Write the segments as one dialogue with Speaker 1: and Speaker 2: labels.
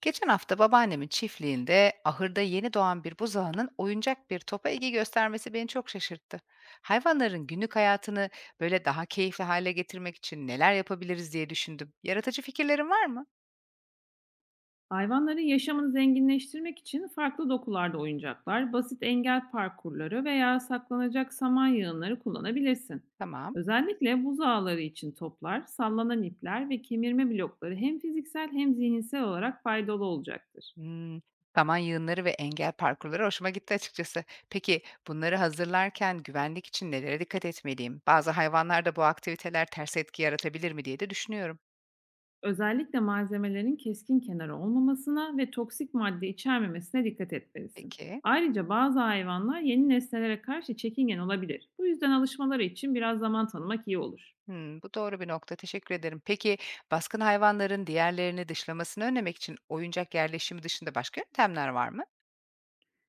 Speaker 1: Geçen hafta babaannemin çiftliğinde ahırda yeni doğan bir buzağının oyuncak bir topa ilgi göstermesi beni çok şaşırttı. Hayvanların günlük hayatını böyle daha keyifli hale getirmek için neler yapabiliriz diye düşündüm. Yaratıcı fikirlerin var mı?
Speaker 2: Hayvanların yaşamını zenginleştirmek için farklı dokularda oyuncaklar, basit engel parkurları veya saklanacak saman yığınları kullanabilirsin.
Speaker 1: Tamam.
Speaker 2: Özellikle buz ağları için toplar, sallanan ipler ve kemirme blokları hem fiziksel hem zihinsel olarak faydalı olacaktır.
Speaker 1: Hmm, saman yığınları ve engel parkurları hoşuma gitti açıkçası. Peki bunları hazırlarken güvenlik için nelere dikkat etmeliyim? Bazı hayvanlarda bu aktiviteler ters etki yaratabilir mi diye de düşünüyorum.
Speaker 2: Özellikle malzemelerin keskin kenarı olmamasına ve toksik madde içermemesine dikkat etmelisin.
Speaker 1: Peki.
Speaker 2: Ayrıca bazı hayvanlar yeni nesnelere karşı çekingen olabilir. Bu yüzden alışmaları için biraz zaman tanımak iyi olur.
Speaker 1: Hımm, bu doğru bir nokta, teşekkür ederim. Peki, baskın hayvanların diğerlerini dışlamasını önlemek için oyuncak yerleşimi dışında başka yöntemler var mı?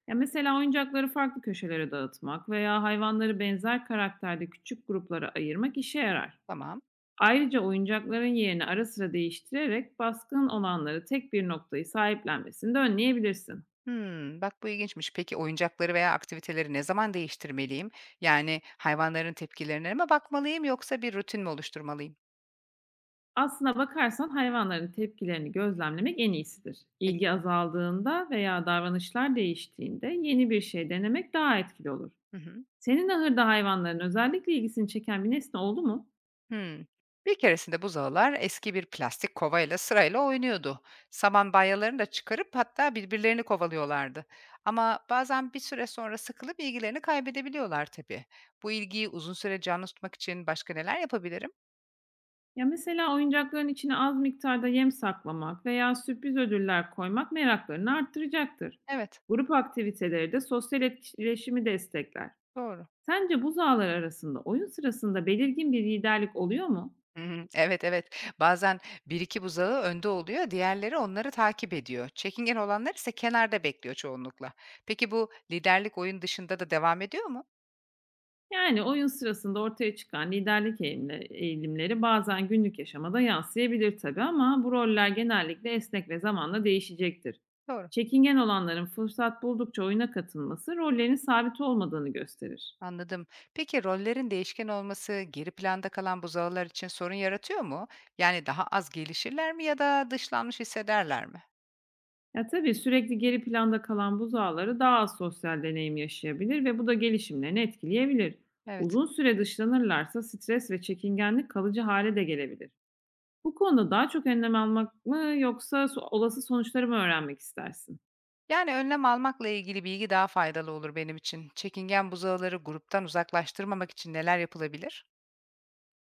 Speaker 2: Ya, mesela oyuncakları farklı köşelere dağıtmak veya hayvanları benzer karakterde küçük gruplara ayırmak işe yarar.
Speaker 1: Tamam.
Speaker 2: Ayrıca oyuncakların yerini ara sıra değiştirerek baskın olanları tek bir noktayı sahiplenmesini de önleyebilirsin.
Speaker 1: Hımm, bak bu ilginçmiş. Peki, oyuncakları veya aktiviteleri ne zaman değiştirmeliyim? Yani hayvanların tepkilerine mi bakmalıyım yoksa bir rutin mi oluşturmalıyım?
Speaker 2: Aslına bakarsan hayvanların tepkilerini gözlemlemek en iyisidir.
Speaker 1: Peki.
Speaker 2: İlgi azaldığında veya davranışlar değiştiğinde yeni bir şey denemek daha etkili olur.
Speaker 1: Hı hı.
Speaker 2: Senin ahırda hayvanların özellikle ilgisini çeken bir nesne oldu mu?
Speaker 1: Hımm. Bir keresinde buzağılar eski bir plastik kovayla sırayla oynuyordu. Saman balyalarını da çıkarıp hatta birbirlerini kovalıyorlardı. Ama bazen bir süre sonra sıkılıp ilgilerini kaybedebiliyorlar tabii. Bu ilgiyi uzun süre canlı tutmak için başka neler yapabilirim?
Speaker 2: Ya, mesela oyuncakların içine az miktarda yem saklamak veya sürpriz ödüller koymak meraklarını arttıracaktır.
Speaker 1: Evet,
Speaker 2: Grup aktiviteleri de sosyal etkileşimi destekler.
Speaker 1: doğru.
Speaker 2: Sence bu zalar arasında oyun sırasında belirgin bir liderlik oluyor mu?
Speaker 1: Hı hı. Evet, evet. Bazen bir iki buzağı önde oluyor, diğerleri onları takip ediyor. Çekingen olanlar ise kenarda bekliyor çoğunlukla. Peki bu liderlik oyun dışında da devam ediyor mu?
Speaker 2: Yani oyun sırasında ortaya çıkan liderlik eğilimleri bazen günlük yaşamada yansıyabilir tabii, ama bu roller genellikle esnek ve zamanla değişecektir.
Speaker 1: Doğru.
Speaker 2: Çekingen olanların fırsat buldukça oyuna katılması rollerin sabit olmadığını gösterir.
Speaker 1: Anladım. Peki rollerin değişken olması geri planda kalan buzağılar için sorun yaratıyor mu? Yani daha az gelişirler mi ya da dışlanmış hissederler mi?
Speaker 2: Ya, tabii sürekli geri planda kalan buzağları daha az sosyal deneyim yaşayabilir ve bu da gelişimlerini etkileyebilir.
Speaker 1: Evet.
Speaker 2: Uzun süre dışlanırlarsa stres ve çekingenlik kalıcı hale de gelebilir. Bu konuda daha çok önlem almak mı, yoksa olası sonuçları mı öğrenmek istersin?
Speaker 1: Yani önlem almakla ilgili bilgi daha faydalı olur benim için. Çekingen buzağıları gruptan uzaklaştırmamak için neler yapılabilir?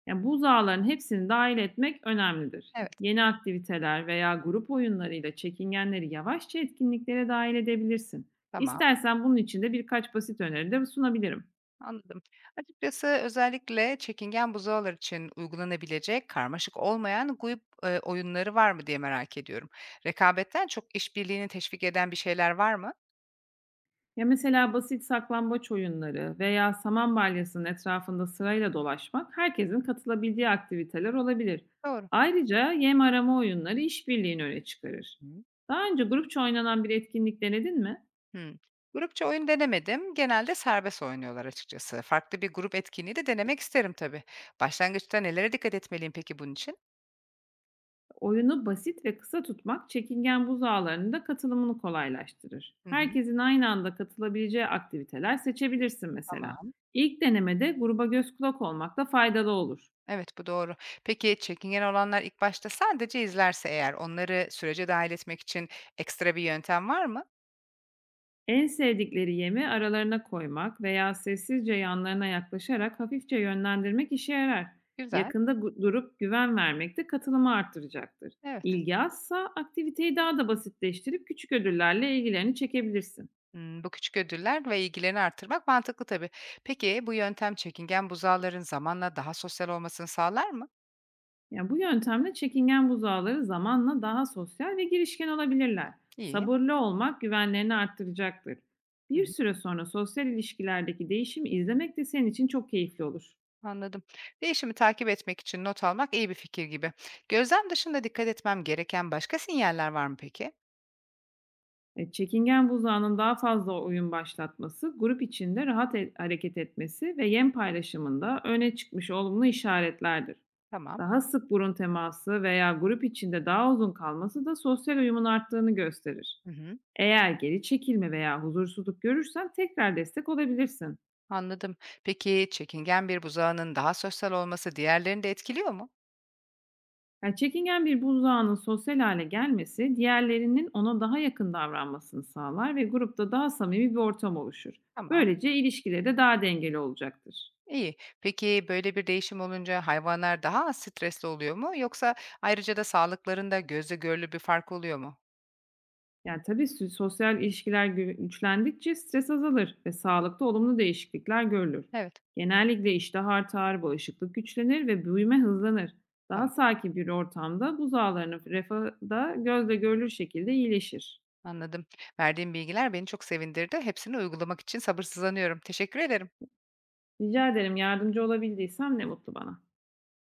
Speaker 2: Yani buzağların hepsini dahil etmek önemlidir.
Speaker 1: Evet.
Speaker 2: Yeni aktiviteler veya grup oyunlarıyla çekingenleri yavaşça etkinliklere dahil edebilirsin.
Speaker 1: Tamam.
Speaker 2: İstersen bunun için de birkaç basit öneri de sunabilirim.
Speaker 1: Anladım. Açıkçası özellikle çekingen buzağılar için uygulanabilecek karmaşık olmayan grup oyunları var mı diye merak ediyorum. Rekabetten çok işbirliğini teşvik eden bir şeyler var mı?
Speaker 2: Ya, mesela basit saklambaç oyunları veya saman balyasının etrafında sırayla dolaşmak herkesin katılabildiği aktiviteler olabilir.
Speaker 1: Doğru.
Speaker 2: Ayrıca yem arama oyunları işbirliğini öne çıkarır. Daha önce grupça oynanan bir etkinlik denedin mi?
Speaker 1: Hımm. Grupça oyun denemedim. Genelde serbest oynuyorlar açıkçası. Farklı bir grup etkinliği de denemek isterim tabii. Başlangıçta nelere dikkat etmeliyim peki bunun için?
Speaker 2: Oyunu basit ve kısa tutmak çekingen buzağlarının da katılımını kolaylaştırır.
Speaker 1: Hı hı.
Speaker 2: Herkesin aynı anda katılabileceği aktiviteler seçebilirsin mesela.
Speaker 1: Tamam.
Speaker 2: İlk denemede gruba göz kulak olmak da faydalı olur.
Speaker 1: Evet, bu doğru. Peki çekingen olanlar ilk başta sadece izlerse eğer onları sürece dahil etmek için ekstra bir yöntem var mı?
Speaker 2: En sevdikleri yemi aralarına koymak veya sessizce yanlarına yaklaşarak hafifçe yönlendirmek işe yarar.
Speaker 1: Güzel.
Speaker 2: Yakında durup güven vermek de katılımı arttıracaktır.
Speaker 1: Evet.
Speaker 2: İlgi azsa aktiviteyi daha da basitleştirip küçük ödüllerle ilgilerini çekebilirsin.
Speaker 1: Hımm, bu küçük ödüller ve ilgilerini artırmak mantıklı tabii. Peki bu yöntem çekingen buzağların zamanla daha sosyal olmasını sağlar mı?
Speaker 2: Yani bu yöntemle çekingen buzağları zamanla daha sosyal ve girişken olabilirler.
Speaker 1: İyi.
Speaker 2: Sabırlı olmak güvenlerini arttıracaktır. Bir süre sonra sosyal ilişkilerdeki değişimi izlemek de senin için çok keyifli olur.
Speaker 1: Anladım. Değişimi takip etmek için not almak iyi bir fikir gibi. Gözlem dışında dikkat etmem gereken başka sinyaller var mı peki?
Speaker 2: Çekingen buzağının daha fazla oyun başlatması, grup içinde rahat hareket etmesi ve yem paylaşımında öne çıkmış olumlu işaretlerdir.
Speaker 1: Tamam.
Speaker 2: Daha sık burun teması veya grup içinde daha uzun kalması da sosyal uyumun arttığını gösterir.
Speaker 1: Hı hı.
Speaker 2: Eğer geri çekilme veya huzursuzluk görürsen tekrar destek olabilirsin.
Speaker 1: Anladım. Peki çekingen bir buzağının daha sosyal olması diğerlerini de etkiliyor mu?
Speaker 2: Yani çekingen bir buzağının sosyal hale gelmesi, diğerlerinin ona daha yakın davranmasını sağlar ve grupta daha samimi bir ortam oluşur.
Speaker 1: Tamam.
Speaker 2: Böylece ilişkileri de daha dengeli olacaktır.
Speaker 1: İyi. Peki böyle bir değişim olunca hayvanlar daha az stresli oluyor mu? Yoksa ayrıca da sağlıklarında gözle görülür bir fark oluyor mu?
Speaker 2: Yani, tabii sosyal ilişkiler güçlendikçe stres azalır ve sağlıkta olumlu değişiklikler görülür.
Speaker 1: Evet.
Speaker 2: Genellikle iştah artar, bağışıklık güçlenir ve büyüme hızlanır. Daha
Speaker 1: Tamam.
Speaker 2: sakin bir ortamda buz ağlarının refahı da gözle görülür şekilde iyileşir.
Speaker 1: Anladım. Verdiğim bilgiler beni çok sevindirdi. Hepsini uygulamak için sabırsızlanıyorum. Teşekkür ederim.
Speaker 2: Rica ederim, yardımcı olabildiysem ne mutlu bana.